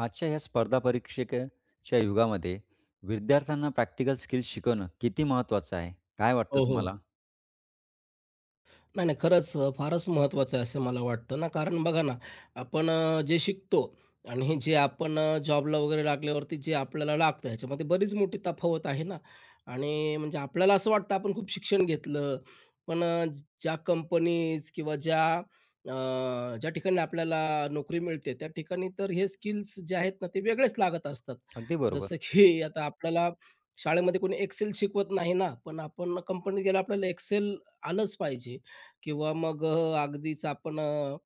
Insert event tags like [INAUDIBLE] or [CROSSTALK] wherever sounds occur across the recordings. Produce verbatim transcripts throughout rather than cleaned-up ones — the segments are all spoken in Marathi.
आजच्या या स्पर्धा परीक्षेच्या युगामध्ये विद्यार्थ्यांना प्रॅक्टिकल स्किल्स शिकवणं किती महत्त्वाचं आहे? काय वाटतं हो, हो. तुम्हाला? नाही, नाही. खरंच अ, फारच महत्त्वाचं आहे असं मला वाटतं ना, कारण बघा ना, आपण अ, जे शिकतो आणि हे जे आपण अ, जॉबला वगैरे लागल्यावरती जे आपल्याला लागतं, ह्याच्यामध्ये बरीच मोठी तफावत आहे ना. आणि म्हणजे आपल्याला असं वाटतं आपण खूप शिक्षण घेतलं, पण अ, ज्या कंपनीज किंवा ज्या अ, ज्या ठिकाणी आपल्याला नोकरी मिळते, त्या ठिकाणी तर हे स्किल्स जे आहेत ना, ते वेगळेच लागत असतात. अगदी जसं बरोबर. की [LAUGHS] आता आपल्याला शाळेमध्ये कोणी एक्सेल शिकवत नाही ना, पण आपण कंपनीत गेल्यावर आपल्याला एक्सेल आलंच पाहिजे. किंवा मग अ, अगदीच आपण अ,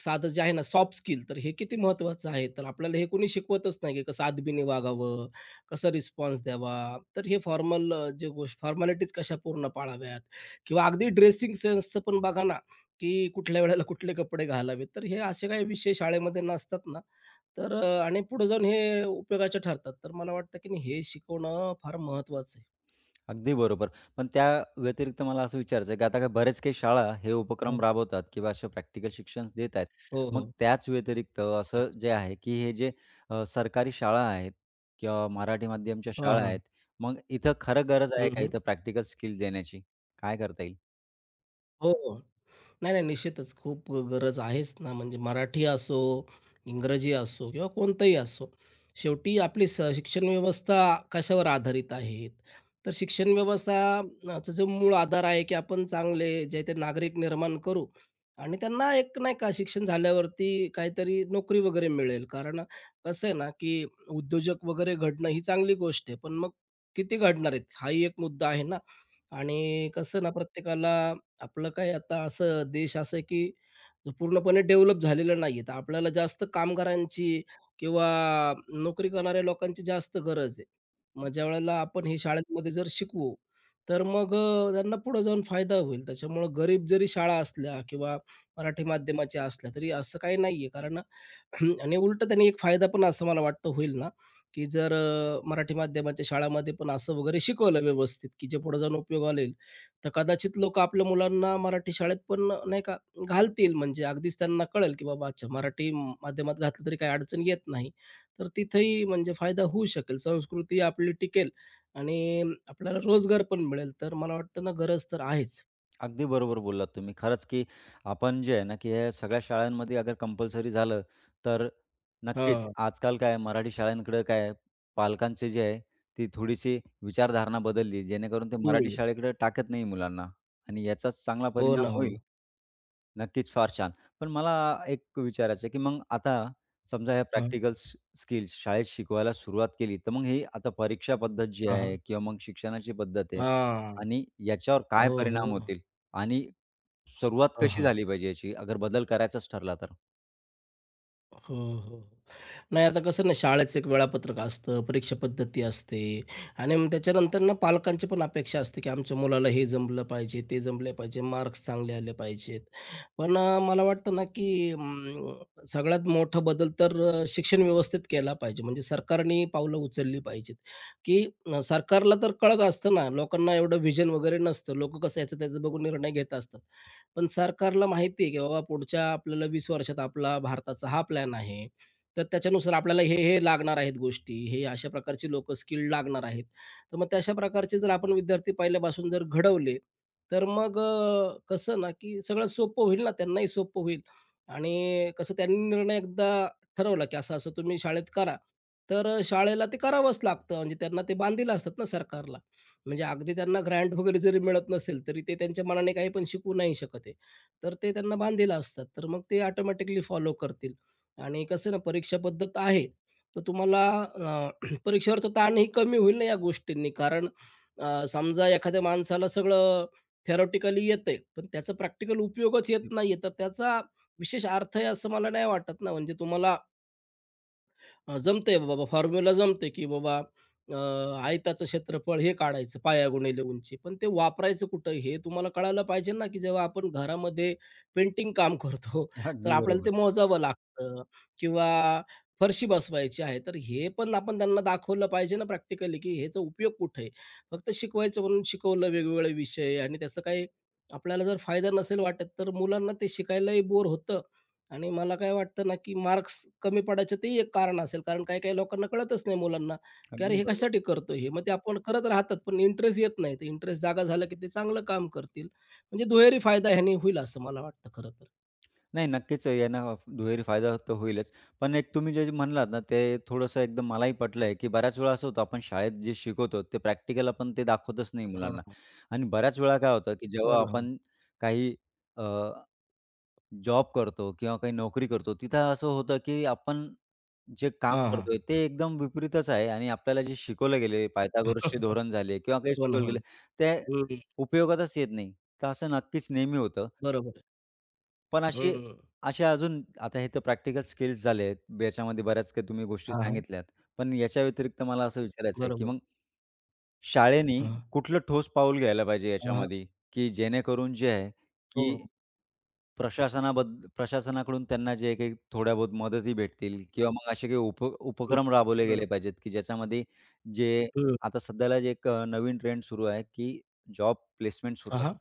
साधं जे आहे ना सॉफ्ट स्किल तर हे किती महत्त्वाचं आहे. तर आपल्याला हे कोणी शिकवतच नाही, की कसं अदबीने वागावं, कसं रिस्पॉन्स द्यावा. तर हे फॉर्मल जे गोष्ट फॉर्मॅलिटीज कशा पूर्ण पाळाव्यात किंवा अगदी ड्रेसिंग सेन्सचं पण बघा ना, की कुठल्या वेळेला कुठले कपडे घालावेत. तर हे असे काही विषय शाळेमध्ये नसतात ना, तर अ, आणि पुढे जाऊन हे उपयोगाचे ठरतात. तर मला वाटतं, की नाही, हे शिकवणं फार महत्त्वाचं आहे. अगदी बरोबर. पण त्या व्यतिरिक्त मला असं विचारायचं आहे, की आता काय बऱ्याच काही शाळा हे हां. उपक्रम राबवतात किंवा असे प्रॅक्टिकल शिक्षण देत आहेत. हो, मग हो. त्याच व्यतिरिक्त असं अच्छा. जे आहे, की हे जे अ, सरकारी शाळा आहेत किंवा मराठी माध्यमच्या हां, शाळा हां. आहेत, मग इथं खरं गरज आहे हं, का हं. इथं प्रॅक्टिकल स्किल देण्याची? काय करता येईल? हो, हो. नाही, नाही, निश्चितच खूप गरज आहेच ना, म्हणजे मराठी असो, इंग्रजी असो किंवा कोणतंही असो. शेवटी आपली स शिक्षण व्यवस्था कशावर आधारित आहे? तर शिक्षण व्यवस्था अ, चा जो मूळ आधार आहे, की आपण चांगले जे ते नागरिक निर्माण करू आणि त्यांना एक नाही का शिक्षण झाल्यावरती काहीतरी नोकरी वगैरे मिळेल. कारण कसं आहे ना, की उद्योजक वगैरे घडणं ही चांगली गोष्ट आहे. पण मग किती घडणार आहेत? हाही एक मुद्दा आहे ना. आणि कसं ना प्रत्येकाला आपलं काय आता असं देश असं आहे की जो पूर्णपणे डेव्हलप झालेला नाहीये. तर आपल्याला जास्त कामगारांची किंवा नोकरी करणाऱ्या लोकांची जास्त गरज आहे. मग ज्यावेळेला आपण हे शाळांमध्ये जर शिकवू, तर मग अ, त्यांना पुढे जाऊन फायदा होईल. त्याच्यामुळं गरीब जरी शाळा असल्या किंवा मराठी माध्यमाच्या असल्या, तरी असं काही नाहीये. कारण हं, आणि उलटं त्यांनी एक फायदा पण असं मला वाटतं होईल ना, की जर अ, मराठी माध्यमाच्या शाळामध्ये पण असं वगैरे शिकवलं व्यवस्थित, की जे पुढे जाऊन उपयोगाला येईल. तर कदाचित लोकं आपल्या मुलांना मराठी शाळेत पण अ, नाही का घालतील. म्हणजे अगदीच त्यांना कळेल, की बाबा अच्छा मराठी माध्यमात घातलं तरी काही अडचण येत नाही. तर तिथेही म्हणजे फायदा होऊ शकेल. संस्कृती आपली टिकेल आणि आपल्याला रोजगार पण मिळेल. तर मला वाटतं ना गरज तर आहेच. अगदी बरोबर बोललात तुम्ही. खरंच की आपण जे आहे ना, की हे सगळ्या शाळांमध्ये अगर कंपल्सरी झालं, तर नक्कीच हां. आजकाल काय आहे, मराठी शाळांकडे काय आहे, पालकांची जी आहे, ती थोडीशी विचारधारणा बदलली, जेणेकरून ते मराठी हं. शाळेकडे टाकत नाही मुलांना आणि याचाच चांगला हो ना, परिणाम हो होईल. ना. नक्कीच फार छान. पण मला एक विचारायचं आहे, की मग आता समजा ह्या हां. प्रॅक्टिकल स्किल्स शाळेत शिकवायला सुरुवात केली, तर मग ही आता परीक्षा पद्धत जी हां, आहे हां. किंवा मग शिक्षणाची पद्धत आहे हां. आणि याच्यावर काय हो, परिणाम हो. होतील? आणि सुरुवात हां, कशी हां. झाली पाहिजे याची, अगर बदल करायचाच ठरला तर? हो, हो. हो. नाही आता कसं ना शाळेचं एक वेळापत्रक असतं, परीक्षा पद्धती असते आणि मग त्याच्यानंतर ना पालकांची पण अपेक्षा असते, की आमच्या मुलाला हे जमलं पाहिजे, ते जमले पाहिजे, मार्क्स चांगले आले पाहिजेत. पण अ, मला वाटतं ना, की अं, सगळ्यात मोठा बदल तर अ, शिक्षण व्यवस्थेत केला पाहिजे. म्हणजे सरकारने पावलं उचलली पाहिजेत, की अ, सरकारला तर कळत असतं ना, लोकांना एवढं व्हिजन वगैरे नसतं. लोकं कसं याचं त्याचं बघून निर्णय घेत असतात. पण सरकारला माहिती आहे, की बाबा पुढच्या आपल्याला वीस वर्षात आपला भारताचा हा प्लॅन आहे. तर त्याच्यानुसार आपल्याला हे, हे लागणार आहेत गोष्टी, हे अशा प्रकारची लोकं स्किल्ड लागणार आहेत. तर मग त्या अशा प्रकारचे जर आपण विद्यार्थी पहिल्यापासून जर घडवले, तर मग अ, कसं ना, की सगळं सोपं होईल ना, त्यांनाही सोपं होईल. आणि कसं त्यांनी निर्णय एकदा ठरवला, की असं-असं तुम्ही शाळेत करा, तर शाळेला ते करावंच लागतं. म्हणजे त्यांना ते बांधील असतात ना सरकारला. म्हणजे अगदी त्यांना ग्रँट वगैरे जरी मिळत नसेल, तरी ते त्यांच्या मनाने काही पण शिकू नाही शकत आहे. तर ते त्यांना बांधील असतात. तर मग ते ऑटोमॅटिकली फॉलो करतील आणि कसं ना, परीक्षा पद्धत आहे. तर तुम्हाला अ, [CLEARS THROAT] परीक्षेवरचा ताणही कमी होईल ना या गोष्टींनी. कारण अ, समजा एखाद्या माणसाला सगळं थेरॉटिकली येतंय, पण त्याचा प्रॅक्टिकल उपयोगच येत नाहीये, तर त्याचा विशेष अर्थ आहे असं मला नाही वाटत ना. म्हणजे तुम्हाला अ, जमतंय बाबा फॉर्म्युला जमतंय, की बाबा अ, आयताचं क्षेत्रफळ हे काढायचं पाया गुणिले उंची. पण ते वापरायचं कुठं हे तुम्हाला कळायला पाहिजे ना, की जेव्हा आपण घरामध्ये पेंटिंग काम करतो, तर अगदी आपल्याला बरोबर, ते मोजावं लागतं किंवा फरशी बसवायची आहे. तर हे पण आपण त्यांना दाखवलं पाहिजे ना प्रॅक्टिकली, की ह्याचा उपयोग कुठे आहे? फक्त शिकवायचं म्हणून शिकवलं वेगवेगळे विषय आणि त्याचा काही आपल्याला जर फायदा नसेल वाटत, तर मुलांना ते शिकायलाही बोर होतं आणि मला काय वाटतं ना, की मार्क्स कमी पडायचं तेही एक कारण असेल. कारण काही-काही लोकांना कळतच नाही मुलांना, की "अरे, अगदी हे बरोबर. कशासाठी करतो हे?" मग ते आपण करत राहतात, पण इंटरेस्ट येत नाही. तर इंटरेस्ट जागा झाला, की ते चांगलं काम करतील. म्हणजे दुहेरी फायदा ह्याने होईल असं मला वाटतं खरं तर. नाही, नक्कीच यांना दुहेरी फायदा तर होईलच. पण एक तुम्ही जे जे म्हणलात ना, ते थोडंसं एकदम मलाही पटलंय, की बऱ्याच वेळा असं होतं, आपण शाळेत जे शिकवतो, ते प्रॅक्टिकल आपण ते दाखवतच नाही हां, मुलांना. हां. आणि बऱ्याच वेळा काय होतं, की हो जेव्हा ना, हो ना. आपण काही जॉब करतो किंवा काही नोकरी करतो, तिथं असं होतं, की आपण जे काम हां, हां. करतोय ते एकदम विपरीतच आहे आणि आपल्याला जे शिकवलं गेले पायथागोरसचे [LAUGHS] धोरण झाले किंवा काही हो ना, शिकवलं हो गेलं ना. ते हं, उपयोगातच येत नाही. तर असं नक्कीच नेहमी होतं. बरोबर आहे. पण असे हं. असे अजून आता हे तर प्रॅक्टिकल स्किल्स झाले याच्यामध्ये बऱ्याच काही तुम्ही गोष्टी हां, हां. सांगितल्यात. पण याच्या व्यतिरिक्त मला असं विचारायचं आहे, की बरोबर. मग शाळेनी हां, कुठलं ठोस पाऊल घ्यायला पाहिजे हां, याच्यामध्ये, की जेणेकरून जे आहे, हो, हो. की प्रशासनाबद्द प्रशासनाकडून त्यांना जे काही थोड्या बहुत मदती भेटतील किंवा मग असे काही उप उपक्रम राबवले बरोबर. गेले पाहिजेत, की ज्याच्यामध्ये जे हं. आता सध्याला जे एक अ, नवीन ट्रेंड सुरू आहे, की जॉब प्लेसमेंट्स हां, होतात, हां.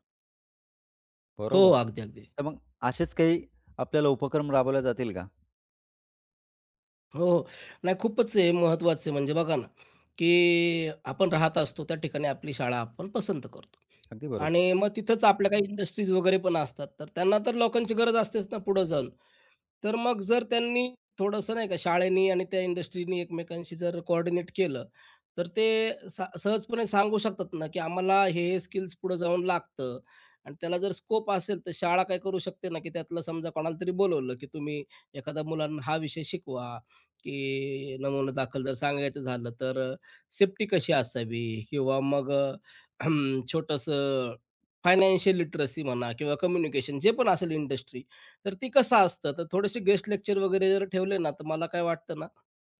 हो, बरोबर? अगदी, अगदी. तर मग असेच काही आपल्याला उपक्रम राबवले जातील का? हो, हो. नाही खूपच हे महत्त्वाचं आहे. म्हणजे बघा ना, की आपण राहत असतो त्या ठिकाणी आपली शाळा आपण पसंत करतो. अगदी बरोबर. आणि मग तिथंच आपल्या काही इंडस्ट्रीज वगैरे पण असतात. तर त्यांना तर लोकांची गरज असतेच ना पुढं जाऊन. तर मग जर त्यांनी थोडंसं नाही का शाळेनी आणि त्या इंडस्ट्रीनी एकमेकांशी जर कोऑर्डिनेट केलं, तर ते सा सहजपणे सांगू शकतात ना, की आम्हाला हे, स्किल्स पुढं जाऊन लागतं. आणि त्याला जर स्कोप असेल तर शाळा काय करू शकते ना, की त्यातलं समजा कोणाला तरी बोलावलं, की तुम्ही एखाद्या मुलांना हा विषय शिकवा की नमुना दाखल जर सांगायचं झालं तर सेफ्टी कशी असावी किंवा मग अ, फायनान्शियल लिटरसी म्हणा किंवा कम्युनिकेशन जे पण असेल इंडस्ट्री तर ती कसं असतं तर थोडेसे गेस्ट लेक्चर वगैरे जर ठेवले ना तर मला काय वाटतं ना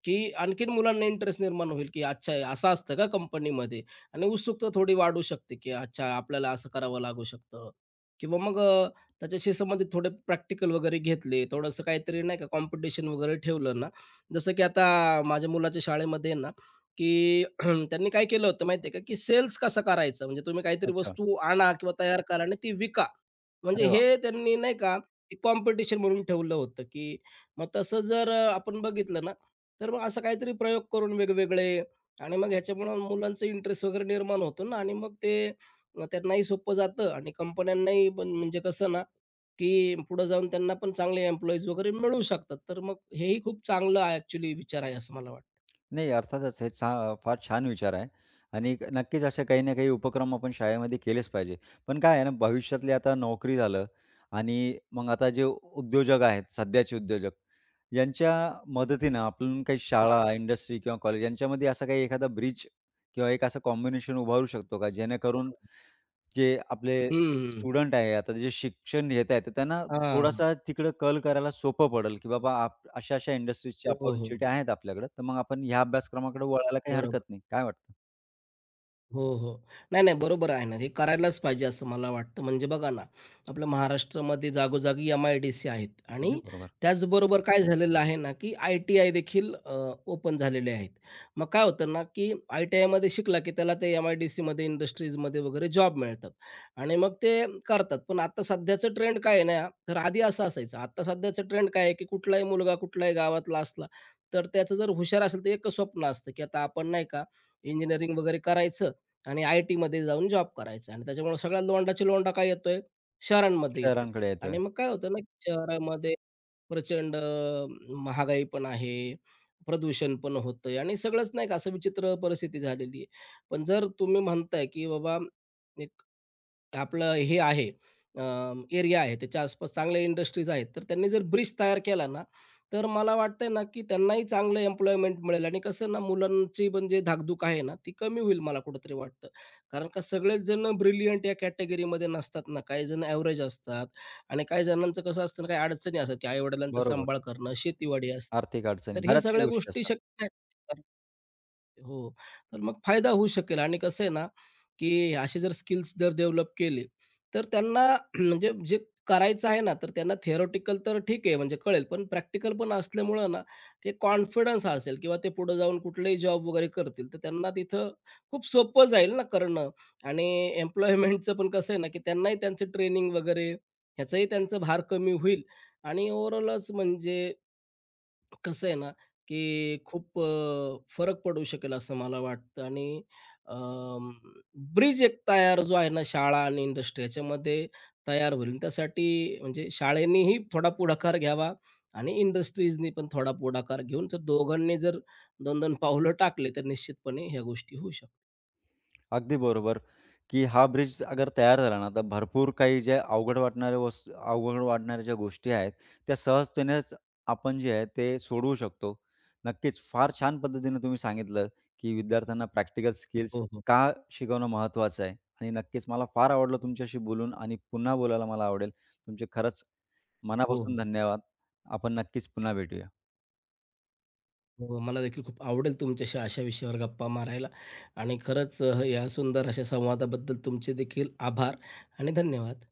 की आणखीन मुलांना इंटरेस्ट निर्माण होईल, की अच्छा हे असं असतं का कंपनीमध्ये? आणि उत्सुकता थोडी वाढू शकते, की अच्छा आपल्याला असं करावं लागू शकतं. किंवा मग अ, त्याच्याशी संबंधित थोडे प्रॅक्टिकल वगैरे घेतले, थोडंसं काहीतरी नाही का कॉम्पिटिशन वगैरे ठेवलं ना, जसं की आता माझ्या मुलाच्या शाळेमध्ये आहे ना, की [CLEARS THROAT] त्यांनी काय केलं होतं माहिती का, की सेल्स कसा करायचा? म्हणजे तुम्ही काहीतरी अच्छा. वस्तू आणा किंवा तयार करा आणि ती विका. म्हणजे अरे वाह! हे त्यांनी नाही का कॉम्पिटिशन म्हणून ठेवलं होतं, की मग तसं जर आपण बघितलं ना तर मग असं काहीतरी प्रयोग करून वेगवेगळे आणि मग ह्याच्यामुळे मुलांचं इंटरेस्ट वगैरे निर्माण होतो ना आणि मग ते अ, त्यांनाही सोपं जातं आणि कंपन्यांनाही पण म्हणजे कसं ना, की पुढे जाऊन त्यांना पण चांगले एम्प्लॉईज वगैरे मिळू शकतात. तर मग हेही खूप चांगलं आहे विचार आहे असं मला वाटतं. नाही, अर्थातच हे छा फार छान विचार आहे आणि क- नक्कीच असे काही ना काही उपक्रम आपण शाळेमध्ये केलेच पाहिजे. पण काय आहे ना, भविष्यातली आता नोकरी झालं आणि मग आता जे उद्योजक आहेत, सध्याचे उद्योजक, यांच्या मदतीनं आपण काही हां, शाळा, हां. इंडस्ट्री किंवा कॉलेज यांच्यामध्ये असा काही एखादा ब्रिज किंवा एक असं कॉम्बिनेशन उभारू शकतो का? जेणेकरून जे आपले हं, हं. स्टुडंट आहे, आता जे शिक्षण घेत आहेत, तर त्यांना थोडासा तिकडं कल करायला सोपं पडेल, की बाबा आप अशा-अशा इंडस्ट्रीजची हो, हो, हो. अपॉर्च्युनिटी आहेत आपल्याकडे, तर मग आपण ह्या अभ्यासक्रमाकडे वळायला काही हरकत बरोबर. नाही. काय वाटतं? हो, हो. नाही, नाही, बरोबर आहे ना. हे करायलाच पाहिजे असं मला वाटतं. म्हणजे बघा ना, आपल्या महाराष्ट्रामध्ये जागोजागी एम-आय-डी-सी आहेत अगदी आणि बरोबर. त्याचबरोबर काय झालेलं आहे ना, की आय-टी-आय देखील ओपन झालेले आहेत. मग काय होतं ना, की आय-टी-आयमध्ये शिकला, की त्याला ते एम-आय-डी-सीमध्ये, इंडस्ट्रीजमध्ये वगैरे जॉब मिळतात आणि मग ते करतात. पण आता सध्याचं ट्रेंड काय आहे ना, तर आधी असं असायचं. आता सध्याचं ट्रेंड काय आहे, की कुठलाही मुलगा कुठल्याही गावातला असला, तर त्याचं जर हुशार असेल, तर एकच स्वप्न असतं, की आता आपण नाही का इंजिनिअरिंग वगैरे करायचं आणि आय-टीमध्ये जाऊन जॉब करायचा आणि त्याच्यामुळे सगळा लोंडाच्या लोंढा काय येतोय? शहरांमध्ये येतोय शहरांकडे येतोय. आणि मग काय होतं ना, शहरामध्ये प्रचंड अ, महागाई पण आहे, प्रदूषण पण होतंय आणि सगळंच नाही का असं विचित्र परिस्थिती झालेली आहे. पण जर तुम्ही म्हणताय, की बाबा एक आपलं हे आहे एरिया आहे त्याच्या आसपास चांगल्या इंडस्ट्रीज आहेत, तर त्यांनी जर ब्रिज तयार केला ना, तर मला वाटतंय ना, की त्यांनाही चांगलं एम्प्लॉयमेंट मिळेल आणि कसं ना, मुलांची पण धाकधूक आहे ना, ती कमी होईल मला कुठेतरी वाटतं. कारण का सगळेच जण ब्रिलियंट या कॅटेगरीमध्ये नसतात ना, काही जण ॲव्हरेज असतात आणि काही जणांचं कसं असतं ना, काही अडचणी असतात, की आई-वडिलांचा बरोबर. सांभाळ करणं, शेतीवाडी असते. आर्थिक अडचणी, तर हे बऱ्याच काही सगळ्या गोष्टी गोष्टी असतात. शक्य आहेत. हो. तर मग फायदा होऊ शकेल आणि कसं आहे ना, की असे जर स्किल्स जर डेव्हलप केले, तर त्यांना [CLEARS THROAT] म्हणजे जे करायचं आहे ना, तर त्यांना थिअरेटिकल तर ठीक आहे म्हणजे कळेल, पण प्रॅक्टिकल पण असल्यामुळं ना, ते कॉन्फिडन्स असेल किंवा ते पुढे जाऊन कुठलेही जॉब वगैरे करतील, तर त्यांना तिथं खूप सोपं जाईल ना करणं आणि एम्प्लॉयमेंटचं पण कसं आहे ना, की त्यांनाही त्यांचं ट्रेनिंग वगैरे ह्याचंही त्यांचं भार कमी होईल आणि ओव्हरऑलच म्हणजे कसं आहे ना, की खूप अ, फरक पडू शकेल असं मला वाटतं आणि ब्रिज एक तयार जो आहे ना, शाळा आणि इंडस्ट्री याच्यामध्ये तयार होईल. त्यासाठी म्हणजे शाळेनीही थोडा पुढाकार घ्यावा आणि इंडस्ट्रीजनी पण थोडा पुढाकार घेऊन जर दोघांनी जर दोन दोन पावलं टाकले, तर निश्चितपणे ह्या गोष्टी होऊ शकतात. अगदी बरोबर, की हा ब्रिज अगर तयार झाला ना, तर भरपूर काही ज्या अवघड वाटणाऱ्या वस्तू अवघड वाटणाऱ्या ज्या गोष्टी आहेत, त्या सहजतेनेच आपण जे आहे ते सोडवू शकतो. नक्कीच फार छान पद्धतीने तुम्ही सांगितलं, की विद्यार्थ्यांना प्रॅक्टिकल स्किल्स हो, हो. का शिकवणं महत्त्वाचं आहे आणि नक्कीच मला फार आवडलं तुमच्याशी बोलून आणि पुन्हा बोलायला मला आवडेल. तुमचे खरंच हो, हो. मनापासून धन्यवाद. आपण नक्कीच पुन्हा भेटूया. हो, मला देखील खूप आवडेल तुमच्याशी अशा विषयावर गप्पा मारायला आणि खरंच अ, या सुंदर अशा संवादाबद्दल तुमचे देखील आभार आणि धन्यवाद.